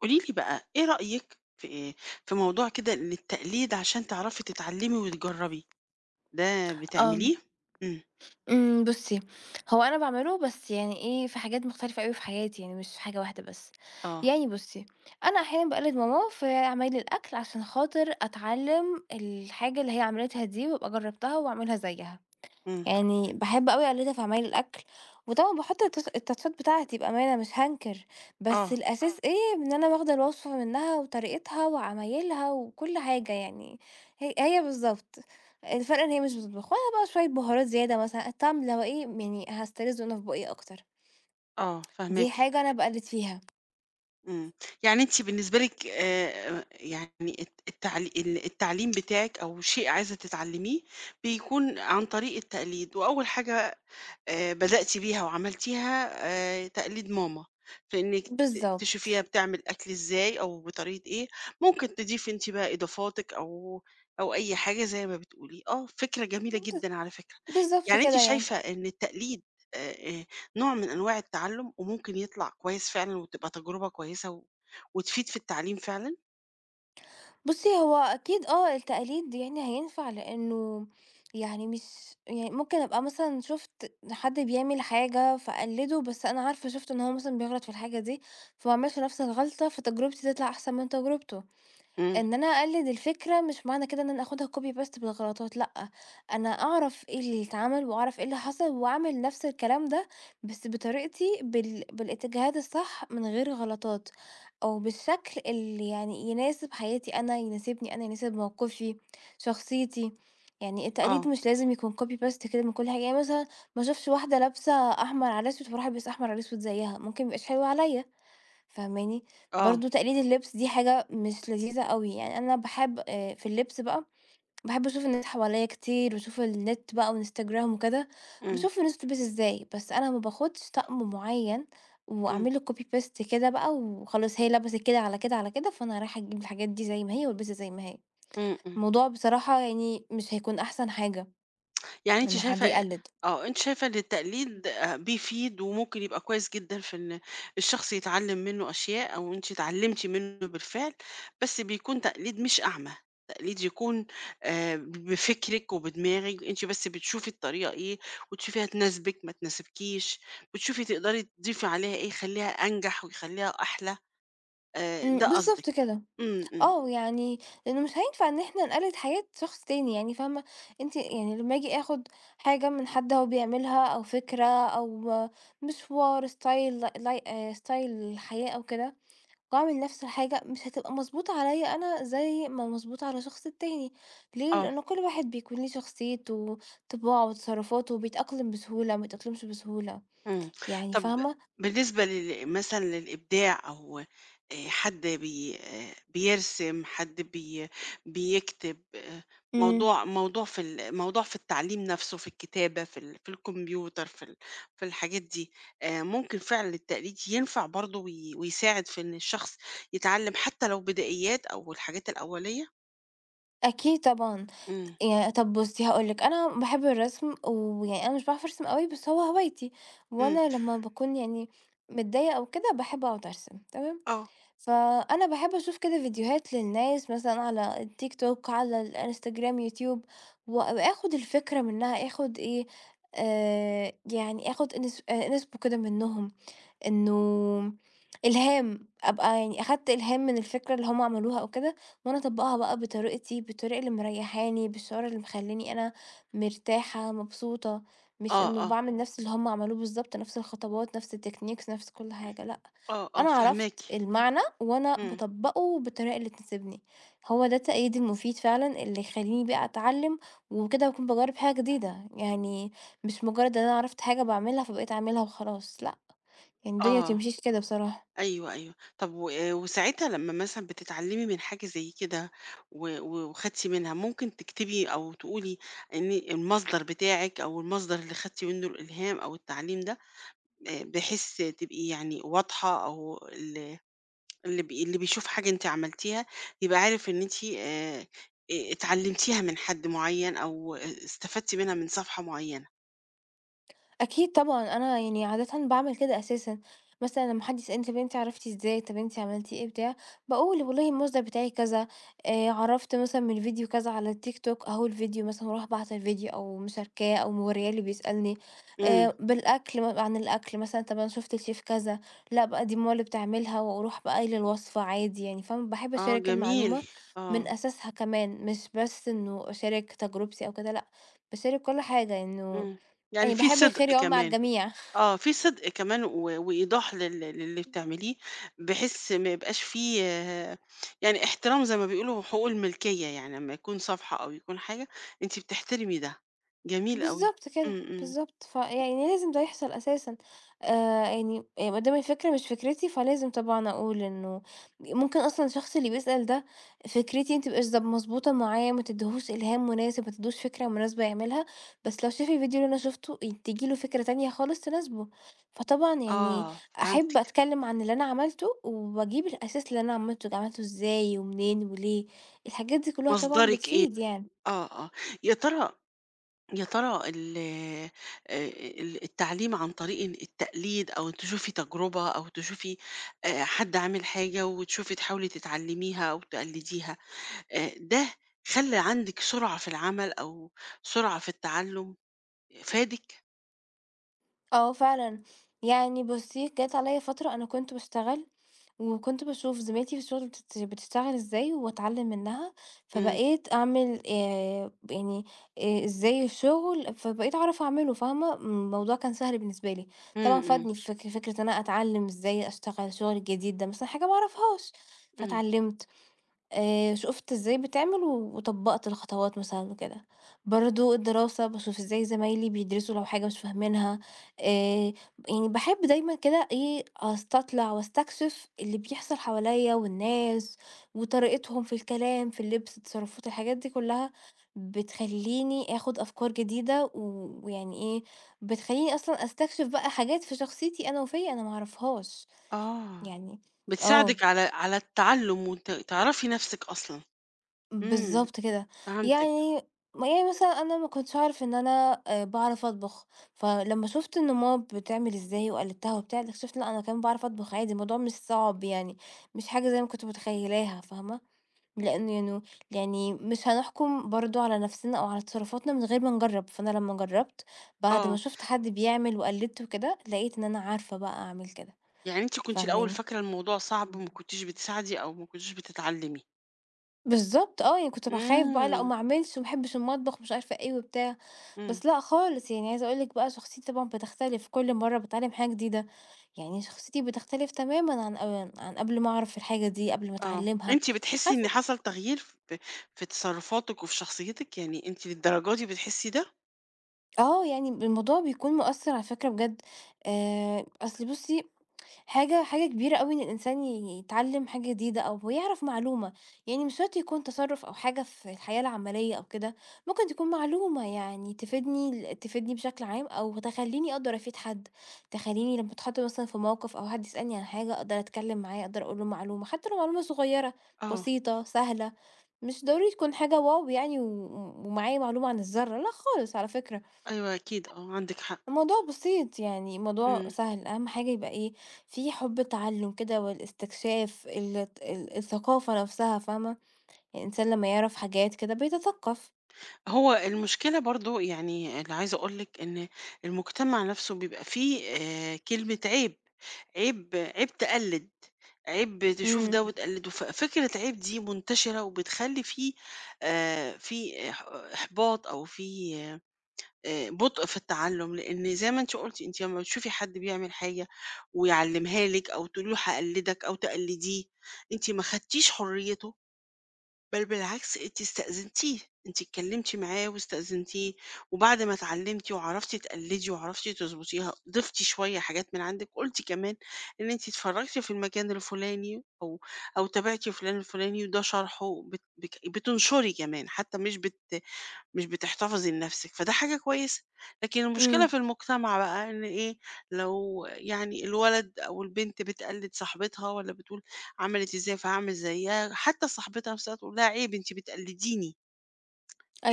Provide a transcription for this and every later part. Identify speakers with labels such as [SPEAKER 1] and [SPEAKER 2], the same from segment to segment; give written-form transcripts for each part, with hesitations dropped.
[SPEAKER 1] قولي لي بقى إيه رأيِك في موضوع كده إن التقليد عشان تعرفي تتعلمي وتجربي، ده
[SPEAKER 2] آه،
[SPEAKER 1] بتعمليه؟ إمم،
[SPEAKER 2] بُصّي، هو أنا باعمله بس يعني إيه، في حاجات مختلفة أوي في حياتي، يعني مش في حاجة واحدة بس.
[SPEAKER 1] آه،
[SPEAKER 2] يعني بُصّي، أنا أحيانًا باقلد ماما في عمايل الأكل عشان خاطر أتعلّم الحاجة اللي هي عملتها دي، وأبقى جرّبتها وأعملها زيّها.
[SPEAKER 1] إمم،
[SPEAKER 2] يعني باحب أوي أقلِّدها في عمايل الأكل، وطبعًا باحُط التاتشات بتاعتي يبقى أمانة مش هانكر، بس
[SPEAKER 1] آه،
[SPEAKER 2] الأساس آه. إيه، إن أنا واخدة الوصفة منها وطريقتها وعمايلها وكل حاجة يعني، هي هي بالضبط، الفرق إن هي مش بتطبخ، وأنا بقى شوية بهارات زيادة مثلًا، الطعم لو إيه يعني هاستلذه أنا في بُقّي أكتر،
[SPEAKER 1] آه،
[SPEAKER 2] دي آه.
[SPEAKER 1] فاهماكِ.
[SPEAKER 2] حاجة أنا باقلِّد فيها،
[SPEAKER 1] إمم، يعني أنتِ بالنسبة لِك يعني التعليم بتاعِك أو شيء عايزة تتعلميه بيكون عن طريق التقليد، وأول حاجة بدأتِ بيها وعملتيها تقليد ماما، في إنِّك تشوفيها
[SPEAKER 2] بالضبط،
[SPEAKER 1] بتعمل أكل إزاي أو بطريقة إيه، ممكن تضيفي أنتِ بقى إضافاتِك أو أي حاجة زي ما بتقولي، آه، فكرة جميلة
[SPEAKER 2] ب
[SPEAKER 1] جدًا على فكرة.
[SPEAKER 2] بالضبط
[SPEAKER 1] يعني أنتِ
[SPEAKER 2] كده يعني.
[SPEAKER 1] شايفة إن التقليد آآ آآ نوع من أنواع التعلُّم وممكن يطلع كويس فعلًا وتبقى تجربة كويسة وتفيد في التعليم فعلًا؟
[SPEAKER 2] بُصّي، هو أكيد آه، التقليد يعني هينفع لإنه يعني مش يعني ممكن أبقى مثلًا شُفت حد بيعمل حاجة فاقلّده، بس أنا عارفة شُفت إن هو مثلًا بيغلط في الحاجة دي، فما اعملش نفْس الغلطة، فتجربتي تطلع أحسن من تجربته.
[SPEAKER 1] إمم،
[SPEAKER 2] إن أنا أقلد الفكرة مش معنى كده إن أنا آخدها copy paste بالغلطات، لأ، أنا أعرف إيه اللي اتعمل وأعرف إيه اللي حصل وأعمل نفس الكلام ده بس بطريقتي بالاتجاهات الصح من غير غلطات، أو بالشكل اللي يعني يناسب حياتي أنا، يناسبني أنا، يناسب موقفي، شخصيتي. يعني
[SPEAKER 1] آه،
[SPEAKER 2] التقليد مش لازم يكون copy paste كده من كل حاجة، يعني مثلًا ما أشوفش واحدة لابسة أحمر على أسود فاروح ألبس أحمر على أسود زيها، ممكن ميبقاش حلو عليَّ. فاهماني؟
[SPEAKER 1] آه،
[SPEAKER 2] برضه تقليد اللبس دي حاجة مش لذيذة أوي، يعني أنا باحب في اللبس بقى، باحب أشوف الناس حواليّا كتير وأشوف النت بقى وإنستجرام وكده،
[SPEAKER 1] إمم،
[SPEAKER 2] باشوف الناس بتلبس إزاي، بس أنا ما باخدش طقم معيّن
[SPEAKER 1] إمم،
[SPEAKER 2] وأعمل له copy paste كده بقى وخلاص هي لبست كده على كده على كده، فأنا رايحة أجيب الحاجات دي زي ما هي والبسها زي ما هي.
[SPEAKER 1] إمم، إمم.
[SPEAKER 2] الموضوع بصراحة يعني مش هيكون أحسن حاجة
[SPEAKER 1] يعني أنتِ
[SPEAKER 2] إنه حد
[SPEAKER 1] شايفة أ
[SPEAKER 2] يقلد.
[SPEAKER 1] آه، أنتِ شايفة إن التقليد بيفيد وممكن يبقى كويس جدًا في إن الشخص يتعلّم منّه أشياء أو أنتِ اتعلّمتِ منّه بالفعل، بس بيكون تقليد مش أعمى، تقليد يكون بفكرِك وبدماغِك، أنتِ بس بتشوفي الطريقة إيه وتشوفيها تناسبِك ما تناسبكيش، بتشوفي تقدري تضيفي عليها إيه يخلّيها أنجح ويخلّيها أحلى، ده قصدِك.
[SPEAKER 2] بالضبط كده.
[SPEAKER 1] إمم، إمم،
[SPEAKER 2] آه، يعني لإنه مش هينفع إن إحنا نقلِّد حياة شخص تاني يعني فاهمة، أنتِ يعني لمّا آجي آخُد حاجة من حد هو بيعملها أو فكرة أو مشوار ستايل لاي ستايل حياة أو كده، وأعمل نَفْس الحاجة مش هتبقى مضبوطة عليّا أنا زي ما مضبوطة على الشخص التاني، ليه؟
[SPEAKER 1] آه.
[SPEAKER 2] لإنه كل واحد بيكون ليه شخصيته، طباعه وتصرُّفاته، وبيتأقلم بسهولة، ما بيتأقلمش بسهولة،
[SPEAKER 1] إمم.
[SPEAKER 2] يعني
[SPEAKER 1] طب
[SPEAKER 2] فاهمة؟
[SPEAKER 1] بالنسبة مثلًا للإبداع أو حد بي بيرسم، حد بيكتب،
[SPEAKER 2] إمم،
[SPEAKER 1] موضوع في التعليم نَفْسه، في الكتابة، في الكمبيوتر، في الحاجات دي، ممكن فعلًا التقليد ينفع برضه ويساعد في إن الشخص يتعلّم حتّى لو بدائيات أو الحاجات الأولية؟
[SPEAKER 2] أكيد طبعًا.
[SPEAKER 1] إمم،
[SPEAKER 2] يا طب بُصّي هاقول لِك، أنا باحب الرسم ويعني أنا مش باعرف أرسم أوي بس هو هوايتي،
[SPEAKER 1] إمم.
[SPEAKER 2] وأنا لمّا باكون يعني متضايقة أو كده باحب أقعد أرسم تمام،
[SPEAKER 1] آه.
[SPEAKER 2] فأنا باحب أشوف كده فيديوهات للناس مثلًا على التيك توك، على الإنستجرام، يوتيوب، وآخد الفكرة منها، آخد إيه، يعني آخد inspo كده منهم. إنه إلهام، أبقى يعني أخدت إلهام من الفكرة اللي هُم عملوها أو كده، وأنا أطبّقها بقى بطريقتي، بالطريقة اللي مريّحاني، بالشعور اللي مخلّيني أنا مرتاحة، مبسوطة، مش
[SPEAKER 1] آه،
[SPEAKER 2] إنه
[SPEAKER 1] آه،
[SPEAKER 2] باعمل نفْس اللي هُم عملوه بالضبط، نفْس الخطوات، نفْس الtechniques، نفْس كل حاجة، لأ،
[SPEAKER 1] آه، آه،
[SPEAKER 2] أنا عرفت
[SPEAKER 1] فاهماكِ.
[SPEAKER 2] المعنى وأنا
[SPEAKER 1] إمم،
[SPEAKER 2] باطبّقه بالطريقة اللي تناسبني، هو ده التأييد المفيد فعلًا اللي يخلّيني بقى أتعلّم، وكده باكون باجرّب حاجة جديدة، يعني مش مجرّد إن أنا عرفت حاجة باعملها فبقيت أعملها وخلاص، لأ. يعني الدنيا ما
[SPEAKER 1] آه.
[SPEAKER 2] بتمشيش كده بصراحة.
[SPEAKER 1] أيوه، أيوه. طب وساعتها لمّا مثلًا بتتعلّمي من حاجة زي كده و و وخدتِ منها، ممكن تكتبي أو تقولي إن المصدر بتاعِك أو المصدر اللي خدتِ منه الإلهام أو التعليم ده، بحيث تبقي يعني واضحة أو ال اللي بي اللي بيشوف حاجة أنتِ عملتيها يبقى عارف إن أنتِ اتعلّمتيها من حد معيّن أو استفدتِ منها من صفحة معيّنة.
[SPEAKER 2] أكيد طبعًا، أنا يعني عادةً باعمل كده أساسًا، مثلًا لمّا حد يسألني طَب أنتِ عرفتِ إزاي، طَب أنتِ عملتِ إيه، بتاع، باقول والله المصدر بتاعي كذا، عرفت مثلًا من الفيديو كذا على التيك توك أهو الفيديو مثلًا، وأروح باعتة الفيديو أو مشاركاه أو مورياه اللي بيسألني،
[SPEAKER 1] إمم.
[SPEAKER 2] بالأكل عن الأكل مثلًا، طَب أنا شُفت الشيف كذا، لأ بقى دي ماما اللي بتعملها، وأروح بقى قايلة الوصفة عادي يعني فاهمة، باحب
[SPEAKER 1] آه
[SPEAKER 2] أشارك
[SPEAKER 1] جميل،
[SPEAKER 2] المعلومة
[SPEAKER 1] آه.
[SPEAKER 2] من أساسها كمان، مش بس إنه أشارك تجربتي أو كده لأ، باشارك كل حاجة إنه
[SPEAKER 1] إمم. يعني
[SPEAKER 2] يعني
[SPEAKER 1] في
[SPEAKER 2] باحب
[SPEAKER 1] صدق
[SPEAKER 2] الخير يعُم على
[SPEAKER 1] كمان.
[SPEAKER 2] الجميع.
[SPEAKER 1] آه، في صدق كمان وإيضاح للي بتعمليه، بحيث ما يبقاش في يعني احترام زي ما بيقولوا حقوق الملكية، يعني لمّا يكون صفحة أو يكون حاجة أنتِ بتحترمي ده، جميل أوي.
[SPEAKER 2] بالضبط كده،
[SPEAKER 1] إمم، إمم،
[SPEAKER 2] بالضبط. فيعني لازم ده يحصل أساسًا. يعني ما دام الفكرة مش فكرتي، فلازم طبعًا أقول إنه ممكن أصلًا الشخص اللي بيسأل ده فكرتي ما تبقاش مضبوطة معاه، ما تدّيهوش إلهام مناسب، ما تدّيهوش فكرة مناسبة يعملها، بس لو شاف الفيديو اللي أنا شُفته تيجي له فكرة تانية خالص تناسبه. فطبعًا يعني
[SPEAKER 1] آه،
[SPEAKER 2] أحب
[SPEAKER 1] فهمتِك.
[SPEAKER 2] أتكلّم عن اللي أنا عملته وأجيب الأساس اللي أنا عملته ده، عملته إزاي ومنين وليه، الحاجات دي كُلّها طبعًا
[SPEAKER 1] مصدرِك إيه؟
[SPEAKER 2] بتفيد يعني.
[SPEAKER 1] آه، آه، يا ترى يا ترى ال آآ، ال التعليم عن طريق التقليد أو تشوفي تجربة أو تشوفي، حد عامل حاجة وتشوفي تحاولي تتعلميها أو تقلديها، ده خلّى عندِك سرعة في العمل أو سرعة في التعلُّم، فادِك؟
[SPEAKER 2] آه فعلًا، يعني بُصّي جات عليَّ فترة أنا كنت باشتغل، وكنت باشوف زميلتي في الشغل بتشتغل إزاي وأتعلّم منها،
[SPEAKER 1] إمم.
[SPEAKER 2] فبقيت أعمل يعني إزاي الشغل، فبقيت أعرف أعمله فاهمة، الموضوع كان سهل بالنسبة لي، طبعًا
[SPEAKER 1] إمم، إمم،
[SPEAKER 2] فادني في فكرة إن أنا أتعلّم إزاي أشتغل الشغل الجديد ده مثلًا حاجة ما أعرفهاش،
[SPEAKER 1] إمم.
[SPEAKER 2] فاتعلّمت شُفت إزاي بتعمل و- وطبّقت الخطوات مثلًا وكده. برضه الدراسة باشوف إزاي زمايلي بيدرسوا لو حاجة مش فاهمينها، آآ يعني باحب دايمًا كده إيه، أستطلع واستكشف اللي بيحصل حواليّا والناس وطريقتهم في الكلام، في اللبس، التصرفات، الحاجات دي كلّها بتخلّيني آخُد أفكار جديدة و ويعني إيه، بتخلّيني أصلًا أستكشف بقى حاجات في شخصيتي أنا وفيّا أنا ما أعرفهاش.
[SPEAKER 1] آه.
[SPEAKER 2] يعني آه.
[SPEAKER 1] بتساعدِك على التعلُّم تعرفي نَفْسِك أصلًا. إمم،
[SPEAKER 2] بالضبط كده،
[SPEAKER 1] فهمتِك.
[SPEAKER 2] يعني يعني مثلًا أنا ما كنتش أعرف إن أنا باعرف أطبخ، فلمّا شُفت إن ماما بتعمل إزاي وقلّدتها وبتاع، اكتشفت لأ أنا كمان باعرف أطبخ عادي، الموضوع مش صعب يعني، مش حاجة زي ما كنت متخيلاها فاهمة، لإن يعني مش هنحكم برضه على نفسنا أو على تصرفاتنا من غير ما نجرّب، فأنا لمّا جرّبت بعد ما
[SPEAKER 1] آه.
[SPEAKER 2] شُفت حد بيعمل وقلّدته وكده، لقيت إن أنا عارفة بقى أعمل كده،
[SPEAKER 1] يعني أنتِ كنتِ الأول
[SPEAKER 2] فاهماني؟
[SPEAKER 1] فاكرة الموضوع صعب وما كنتيش بتساعدي أو ما كنتيش بتتعلِّمي.
[SPEAKER 2] بالضبط آه، يعني كنت بابقى خايف بقى لأ
[SPEAKER 1] إمم،
[SPEAKER 2] وما أعملش وما أحبش المطبخ ومش عارفة إيه وبتاع،
[SPEAKER 1] إمم.
[SPEAKER 2] بس لأ خالص يعني عايزة أقول لِك بقى شخصيتي طبعًا بتختلف كل مرّة باتعلم حاجة جديدة، يعني شخصيتي بتختلف تمامًا عن عن قبل ما أعرف الحاجة دي، قبل ما
[SPEAKER 1] آه.
[SPEAKER 2] أتعلمها،
[SPEAKER 1] أنتِ بتحسّي إن
[SPEAKER 2] عارفة
[SPEAKER 1] حصل تغيير في تصرُّفاتِك وفي شخصيتِك؟ يعني أنتِ للدرجة دي بتحسّي ده؟
[SPEAKER 2] آه، يعني الموضوع بيكون مؤثّر على فكرة بجد، أصل بُصي حاجة كبيرة أوي إن الإنسان يتعلّم حاجة جديدة أو هو يعرف معلومة، يعني مش شرط يكون تصرُّف أو حاجة في الحياة العملية أو كده، ممكن تكون معلومة يعني تفيدني تفيدني بشكل عام أو تخلّيني أقدر أفيد حد، تخلّيني لمّا أتحط مثلًا في موقِف أو حد يسألني عن حاجة أقدر أتكلّم معاه، أقدر أقول له معلومة، حتى لو معلومة صغيّرة،
[SPEAKER 1] آه.
[SPEAKER 2] بسيطة، سهلة، مش ضروري تكون حاجة واو يعني و ومعايا معلومة عن الذرّة، لأ خالص على فكرة.
[SPEAKER 1] أيوه أكيد، آه، عندِك حق.
[SPEAKER 2] الموضوع بسيط يعني الموضوع
[SPEAKER 1] إمم.
[SPEAKER 2] سهل أهم حاجة يبقى إيه في حب تعلم كده والاستكشاف ال ال الثقافة نفسها فاهمة يعني الإنسان لما يعرف حاجات كده بيتثقف
[SPEAKER 1] هو المشكلة برضو يعني اللي عايزة أقولك إن المجتمع نفسه بيبقى فيه آه، كلمة عيب، عيب عيب تقلد، عيب تشوف
[SPEAKER 2] إمم،
[SPEAKER 1] ده وتقلده، ففكرة عيب دي منتشرة وبتخلي فيه في إحباط أو في بطء في التعلم، لأن زي ما أنت قلتي، أنت لما بتشوفي حد بيعمل حاجة ويعلمها لك أو تقولي له هقلدك أو تقلديه، أنت ما خدتيش حريته، بل بالعكس أنتِ استأذنتيه، أنتِ اتكلمتِ معاه واستأذنتيه، وبعد ما اتعلمتِ وعرفتِ تقلدي وعرفتِ تضبطيها، ضفتِ شوية حاجات من عندِك، قلتِ كمان إن أنتِ اتفرجتِ في المكان الفلاني أو تابعتِ فلان الفلاني وده شرحه، بت بك بتنشري كمان، حتى مش بتحتفظي لنفسِك، فده حاجة كويسة. لكن المشكلة
[SPEAKER 2] إمم،
[SPEAKER 1] في المجتمع بقى إن إيه، لو يعني الولد أو البنت بتقلد صاحبتها والّا بتقول عملت إزاي فهاعمل زيها، حتى صاحبتها نفسها تقول لها عيب أنتِ بتقلديني،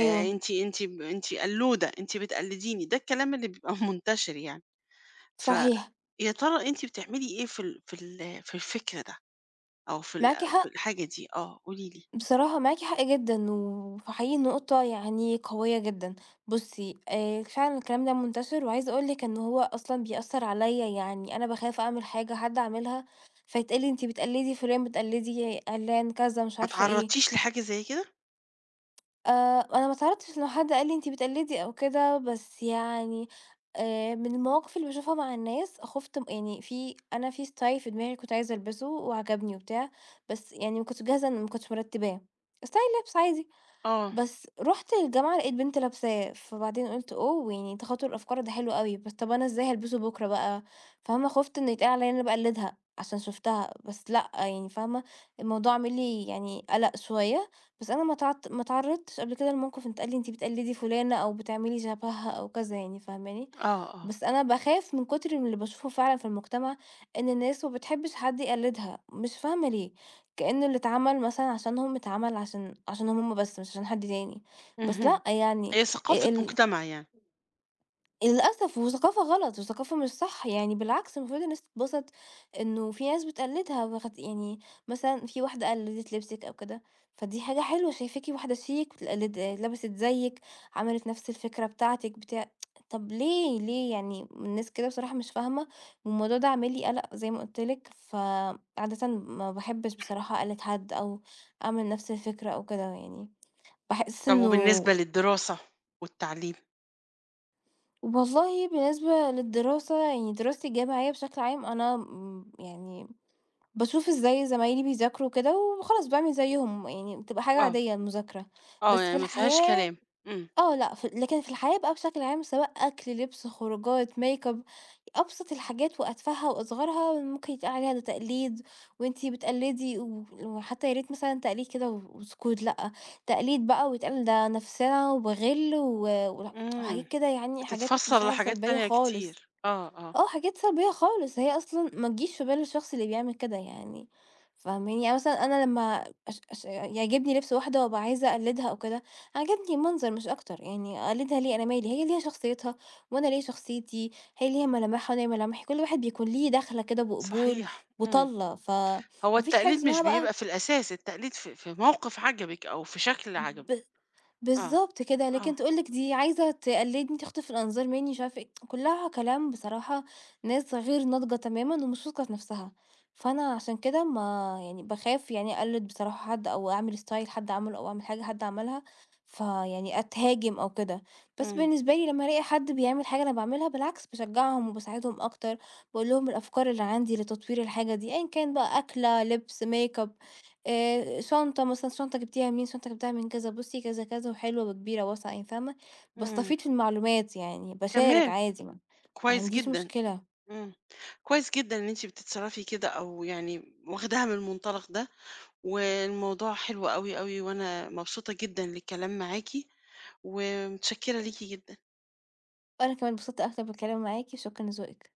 [SPEAKER 1] أنتِ قلودة، أنتِ بتقلديني، ده الكلام اللي بيبقى منتشر يعني. ف
[SPEAKER 2] صحيح
[SPEAKER 1] يا ترى أنتِ بتعملي إيه في الفكر ده أو
[SPEAKER 2] معاكِ
[SPEAKER 1] في
[SPEAKER 2] حق
[SPEAKER 1] الحاجة دي؟ آه، قولي لي.
[SPEAKER 2] بصراحة معاكِ حق جدًا وحقيقي نقطة يعني قوية جدًا بُصي فعلًا الكلام ده منتشر وعايزة أقول لِك إن هو أصلًا بيأثر عليَّ يعني أنا باخاف أعمل حاجة حد عاملها فيتقال لي أنتِ بتقلدي فلان بتقلدي علان كذا مش
[SPEAKER 1] ما
[SPEAKER 2] عارفة إيه
[SPEAKER 1] اتعرضتيش لحاجة زي كده؟
[SPEAKER 2] آآ أنا ما اتعرضتش لو حد قال لي أنتِ بتقلدي أو كده، بس يعني من المواقف اللي باشوفها مع الناس خُفت يعني في أنا في style في دماغي كنت عايزة ألبسه وعجبني وبتاع، بس يعني ما كنتش جاهزة إن ما كنتش مرتباه style لِبس عادي.
[SPEAKER 1] آه،
[SPEAKER 2] بس رُحت الجامعة لقيت بنتي لابساه، فبعدين قُلت أوه! يعني تخاطُر الأفكار ده حلو أوي، بس طَب أنا إزاي هالبسه بُكرة بقى، فاهمة، خُفت إن يتقال عليّا إن أنا باقلّدها عشان شُفتها، بس لأ، يعني فاهمة، الموضوع عامل لي يعني قَلَق شوية، بس أنا ما اتعرّضتش قبل كده لموقِف إن اتقال لي أنتِ بتقلّدي فُلانة أو بتعملي شبهها أو كذا يعني، فاهماني؟
[SPEAKER 1] آه، آه،
[SPEAKER 2] بس أنا باخاف من كتر من اللي باشوفه فعلًا في المجتمع، إن الناس ما بتحبش حد يقلدها، مش فاهمة ليه، كأنه اللي اتعمل مثلًا عشانهم اتعمل عشانهم هُم بس، مش عشان حد تاني، بس
[SPEAKER 1] اهم.
[SPEAKER 2] لأ يعني
[SPEAKER 1] هي ثقافة
[SPEAKER 2] ال
[SPEAKER 1] مجتمع يعني.
[SPEAKER 2] للأسف وثقافة غلط وثقافة مش صح، يعني بالعكس المفروض الناس تتبسط إنه في ناس بتقلدها وخت يعني مثلًا في واحدة قلدِت لبسِك أو كده، فدي حاجة حلوة شايفاكِ واحدة شيك بتقلد لبست زيِّك، عملت نفس الفكرة بتاعتِك بتاع طب ليه، ليه يعني الناس كده بصراحة مش فاهمة، والموضوع ده عامل لي قلق زي ما قُلت لِك، فعادةً ما باحبش بصراحة أقلد حد أو أعمل نفس الفكرة أو كده يعني، باحس
[SPEAKER 1] طب وبالنسبة للدراسة والتعليم؟
[SPEAKER 2] والله بالنسبة للدراسة يعني دراستي الجامعية بشكل عام أنا يعني بشوف ازاي زمايلي بيذاكروا كده وخلاص بعمل زيهم يعني بتبقى حاجة
[SPEAKER 1] آه،
[SPEAKER 2] عادية المذاكرة
[SPEAKER 1] آه،
[SPEAKER 2] بس
[SPEAKER 1] يعني
[SPEAKER 2] في
[SPEAKER 1] ما فيهاش
[SPEAKER 2] الحياة
[SPEAKER 1] كلام. إمم،
[SPEAKER 2] آه لأ، لكن في الحياة بقى بشكل عام سواء أكل، لبس، خروجات، makeup أبسط الحاجات وأتفهّها وأصغرها ممكن يتقال عليها ده تقليد وأنتِ بتقلدي و وحتى يا ريت مثلًا تقليد كده و وسكوت لأ، تقليد بقى ويتقال ده نفسِنا وغِل و
[SPEAKER 1] إمم،
[SPEAKER 2] و-حاجات كده يعني حاجات
[SPEAKER 1] بتتفسّر
[SPEAKER 2] مشاعر
[SPEAKER 1] لحاجات
[SPEAKER 2] سلبية
[SPEAKER 1] تانية
[SPEAKER 2] خالص.
[SPEAKER 1] كتير. آه، آه،
[SPEAKER 2] آه، حاجات سلبية خالص، هي أصلًا ما تجيش في بال الشخص اللي بيعمل كده يعني، فاهماني؟ يعني مثلًا أنا لمّا أش أش يعجبني لبس واحدة وأبقى عايزة أقلدها أو كده، عجبني المنظر مش أكتر، يعني أقلدها ليه؟ أنا مالي، هي ليها شخصيتها وأنا ليا شخصيتي، هي ليها ملامحها وأنا ليا ملامحي، كل واحد بيكون ليه دخلة كده بقبول
[SPEAKER 1] صحيح، إمم.
[SPEAKER 2] وطلة، فما
[SPEAKER 1] هو
[SPEAKER 2] فيش حاجة
[SPEAKER 1] التقليد مش
[SPEAKER 2] اسمها بقى
[SPEAKER 1] بيبقى في الأساس، التقليد في موقف عجبِك أو في شكل
[SPEAKER 2] ب
[SPEAKER 1] عجبِك. آه،
[SPEAKER 2] بالضبط كده،
[SPEAKER 1] آه،
[SPEAKER 2] لكن تقول لِك دي عايزة تقلِّدني، تخطف الأنظار منّي، مش عارفة إيه، كُلّها كلام بصراحة ناس غير ناضجة تمامًا ومش واثقة في نَفْسها، فأنا عشان كده ما يعني باخاف يعني أقلِّد بصراحة حد أو أعمل style حد عمله أو أعمل حاجة حد عملها، فيعني أتهاجم أو كده، بس
[SPEAKER 1] إمم،
[SPEAKER 2] بالنسبة لي لمّا ألاقي حد بيعمل حاجة أنا باعملها بالعكس باشجّعهم وباساعدهم أكتر، باقول لهم الأفكار اللي عندي لتطوير الحاجة دي أيًا كان بقى أكلة، لِبْس، makeup شنطة مثلًا، شنطة جبتيها منين، شنطة جبتها من كذا، بُصّي كذا، كذا، وحلوة وكبيرة واسعة يعني فاهمة،
[SPEAKER 1] إمم،
[SPEAKER 2] باستفيض في المعلومات يعني باشارك
[SPEAKER 1] كمان!
[SPEAKER 2] عادي ما
[SPEAKER 1] كويس
[SPEAKER 2] عنديش
[SPEAKER 1] جدًا.
[SPEAKER 2] مشكلة،
[SPEAKER 1] إمم، كويس جدًا إن أنتِ بتتصرّفي كده أو يعني واخداها من المنطلق ده. والموضوع حلو أوي، أوي، وأنا مبسوطة جدًا للكلام معاكِ، ومتشكرة ليكِ جدًا.
[SPEAKER 2] وأنا كمان اتبسطت أكتر بالكلام معاكِ، شكرًا لذوقِك.